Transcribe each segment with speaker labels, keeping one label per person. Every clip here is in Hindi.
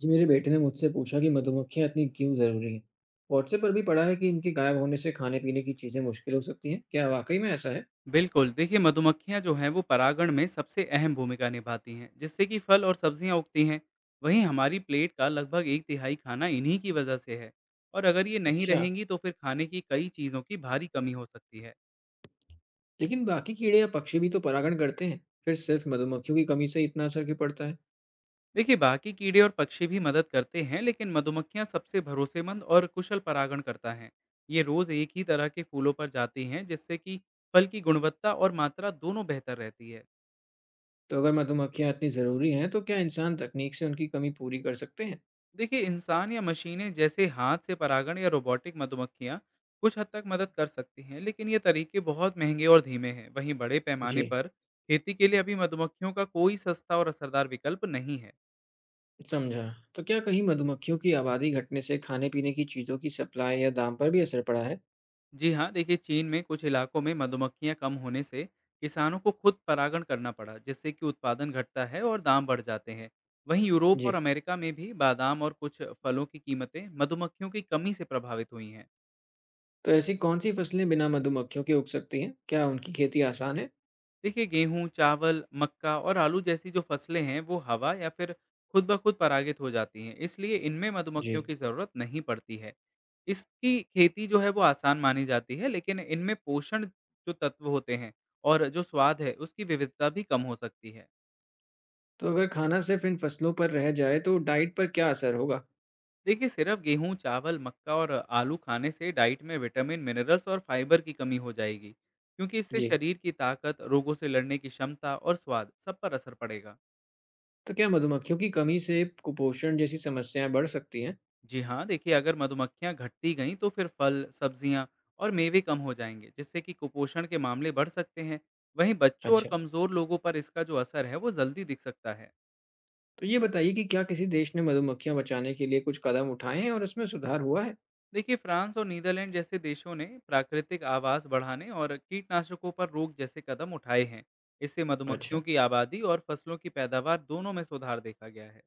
Speaker 1: जी मेरे बेटे ने मुझसे पूछा कि मधुमक्खियां इतनी क्यों ज़रूरी हैं। व्हाट्सएप पर भी पढ़ा है कि इनके गायब होने से खाने पीने की चीज़ें मुश्किल हो सकती हैं। क्या वाकई में ऐसा है?
Speaker 2: बिल्कुल। देखिए मधुमक्खियां जो हैं वो परागण में सबसे अहम भूमिका निभाती हैं, जिससे कि फल और सब्जियां उगती हैं। वहीं हमारी प्लेट का लगभग एक तिहाई खाना इन्हीं की वजह से है। और अगर ये नहीं
Speaker 1: अच्छा,
Speaker 2: रहेंगी तो फिर खाने की कई चीज़ों की भारी कमी हो सकती है।
Speaker 1: लेकिन बाकी कीड़े या पक्षी भी तो परागण करते हैं, फिर सिर्फ मधुमक्खियों की कमी से इतना असर क्यों पड़ता है?
Speaker 2: देखिए बाकी कीड़े और पक्षी भी मदद करते हैं, लेकिन मधुमक्खियां सबसे भरोसेमंद और कुशल परागण करता है। ये रोज़ एक ही तरह के फूलों पर जाती हैं, जिससे कि फल की गुणवत्ता और मात्रा दोनों बेहतर रहती है।
Speaker 1: तो अगर मधुमक्खियां इतनी ज़रूरी हैं तो क्या इंसान तकनीक से उनकी कमी पूरी कर सकते हैं?
Speaker 2: देखिए इंसान या मशीनें, जैसे हाथ से परागण या रोबोटिक मधुमक्खियां, कुछ हद तक मदद कर सकती हैं, लेकिन ये तरीके बहुत महंगे और धीमे हैं। वहीं बड़े पैमाने
Speaker 1: जी।
Speaker 2: पर खेती के लिए अभी मधुमक्खियों का कोई सस्ता और असरदार विकल्प नहीं है।
Speaker 1: समझा। तो क्या कहीं मधुमक्खियों की आबादी घटने से खाने पीने की चीज़ों की सप्लाई या दाम पर भी असर पड़ा है?
Speaker 2: जी हाँ, देखिए चीन में कुछ इलाकों में मधुमक्खियां कम होने से किसानों को खुद परागण करना पड़ा, जिससे कि उत्पादन घटता है और दाम बढ़ जाते हैं। वहीं यूरोप और
Speaker 1: जी।
Speaker 2: अमेरिका में भी बादाम और कुछ फलों की कीमतें मधुमक्खियों की कमी से प्रभावित हुई हैं।
Speaker 1: तो ऐसी कौन सी फसलें बिना मधुमक्खियों के उग सकती हैं? क्या उनकी खेती आसान है?
Speaker 2: देखिए गेहूँ, चावल, मक्का और आलू जैसी जो फसलें हैं वो हवा या फिर खुद ब खुद परागित हो जाती हैं, इसलिए इनमें
Speaker 1: जी।
Speaker 2: मधुमक्खियों की ज़रूरत नहीं पड़ती है। इसकी खेती जो है वो आसान मानी जाती है, लेकिन इनमें पोषण जो तत्व होते हैं और जो स्वाद है उसकी विविधता भी कम हो सकती है।
Speaker 1: तो अगर खाना सिर्फ इन फसलों पर रह जाए तो डाइट पर क्या असर होगा?
Speaker 2: देखिए सिर्फ गेहूँ, चावल, मक्का और आलू खाने से डाइट में विटामिन, मिनरल्स और फाइबर की कमी हो जाएगी, क्योंकि इससे
Speaker 1: जी।
Speaker 2: शरीर की ताकत, रोगों से लड़ने की क्षमता और स्वाद सब पर असर पड़ेगा।
Speaker 1: तो क्या मधुमक्खियों की कमी से कुपोषण जैसी समस्याएं बढ़ सकती हैं?
Speaker 2: जी हाँ, देखिए अगर मधुमक्खियाँ घटती गईं तो फिर फल, सब्जियाँ और मेवे कम हो जाएंगे, जिससे कि कुपोषण के मामले बढ़ सकते हैं। वहीं बच्चों और
Speaker 1: अच्छा,
Speaker 2: कमज़ोर लोगों पर इसका जो असर है वो जल्दी दिख सकता है।
Speaker 1: तो ये बताइए कि क्या किसी देश ने मधुमक्खियां बचाने के लिए कुछ कदम उठाए हैं और इसमें सुधार हुआ है?
Speaker 2: देखिए फ्रांस और नीदरलैंड जैसे देशों ने प्राकृतिक आवास बढ़ाने और कीटनाशकों पर रोक जैसे कदम उठाए हैं। इससे
Speaker 1: अच्छा।
Speaker 2: मधुमक्खियों की आबादी और फसलों की पैदावार दोनों में सुधार देखा गया है।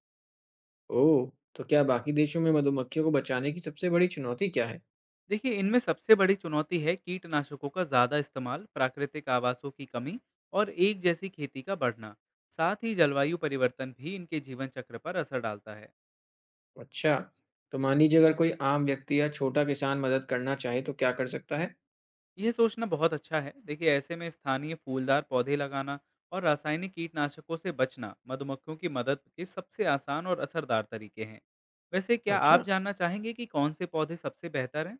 Speaker 1: ओह, तो क्या बाकी देशों में मधुमक्खियों को बचाने की सबसे बड़ी चुनौती क्या है?
Speaker 2: देखिए इनमें सबसे बड़ी चुनौती है कीटनाशकों का ज़्यादा इस्तेमाल, प्राकृतिक आवासों की कमी और एक जैसी खेती का बढ़ना। साथ ही जलवायु परिवर्तन भी इनके जीवन चक्र पर असर डालता है।
Speaker 1: अच्छा, तो मान लीजिए अगर कोई आम व्यक्ति या छोटा किसान मदद करना चाहे तो क्या कर सकता है?
Speaker 2: यह सोचना बहुत अच्छा है। देखिए ऐसे में स्थानीय फूलदार पौधे लगाना और रासायनिक कीटनाशकों से बचना मधुमक्खियों की मदद के सबसे आसान और असरदार तरीके हैं। वैसे क्या आप
Speaker 1: अच्छा।
Speaker 2: जानना चाहेंगे कि कौन से पौधे सबसे बेहतर हैं?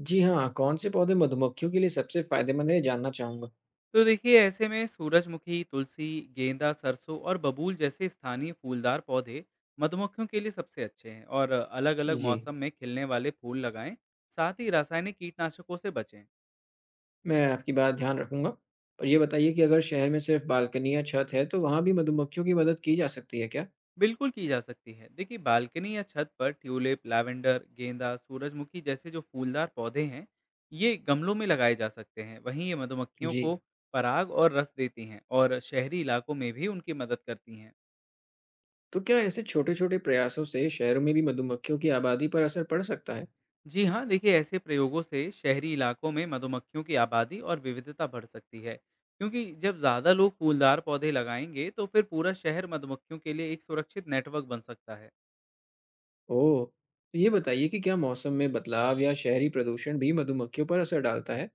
Speaker 1: जी हाँ, कौन से पौधे मधुमक्खियों के लिए सबसे फायदेमंद है ये जानना चाहूंगा।
Speaker 2: तो देखिए ऐसे में सूरजमुखी, तुलसी, गेंदा, सरसों और बबूल जैसे स्थानीय फूलदार पौधे मधुमक्खियों के लिए सबसे अच्छे हैं। और अलग-अलग
Speaker 1: जी,
Speaker 2: मौसम में खिलने वाले फूल लगाएं। साथ ही रासायनिक कीटनाशकों से बचें।
Speaker 1: मैं आपकी बात ध्यान रखूँगा। और ये बताइए कि अगर शहर में सिर्फ़ बालकनी या छत है, तो वहाँ भी मधुमक्खियों की मदद की जा सकती है क्या?
Speaker 2: बिल्कुल की जा सकती है। देखिए बालकनी या छत पर ट्यूलिप, लैवेंडर, गेंदा, सूरजमुखी जैसे जो फूलदार पौधे हैं, ये गमलों में लगाए जा सकते हैं। वहीं ये मधुमक्खियों
Speaker 1: जी।
Speaker 2: को पराग और रस देती हैं और शहरी इलाकों में भी उनकी मदद करती हैं।
Speaker 1: तो क्या ऐसे छोटे-छोटे प्रयासों से शहरों में भी मधुमक्खियों की आबादी पर असर पड़ सकता है?
Speaker 2: जी हाँ, देखिए ऐसे प्रयोगों से शहरी इलाकों में मधुमक्खियों की आबादी और विविधता बढ़ सकती है, क्योंकि जब ज़्यादा लोग फूलदार पौधे लगाएंगे तो फिर पूरा शहर मधुमक्खियों के लिए एक सुरक्षित नेटवर्क बन सकता है।
Speaker 1: ओह! तो ये बताइए कि क्या मौसम में बदलाव या शहरी प्रदूषण भी मधुमक्खियों पर असर डालता है?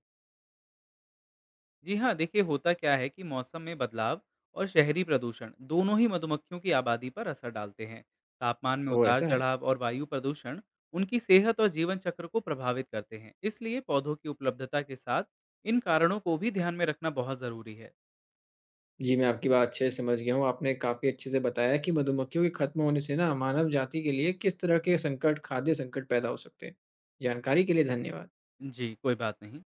Speaker 2: जी हाँ, देखिए होता क्या है कि मौसम में बदलाव और शहरी प्रदूषण दोनों ही मधुमक्खियों की आबादी पर असर डालते हैं। तापमान में
Speaker 1: ओह!
Speaker 2: उतार
Speaker 1: ऐसा है।
Speaker 2: चढ़ाव और वायु प्रदूषण उनकी सेहत और जीवन चक्र को प्रभावित करते हैं, इसलिए पौधों की उपलब्धता के साथ इन कारणों को भी ध्यान में रखना बहुत ज़रूरी है।
Speaker 1: जी, मैं आपकी बात अच्छे से समझ गया हूँ। आपने काफ़ी अच्छे से बताया कि मधुमक्खियों के खत्म होने से ना मानव जाति के लिए किस तरह के संकट, खाद्य संकट पैदा हो सकते हैं। जानकारी के लिए धन्यवाद।
Speaker 2: जी, कोई बात नहीं।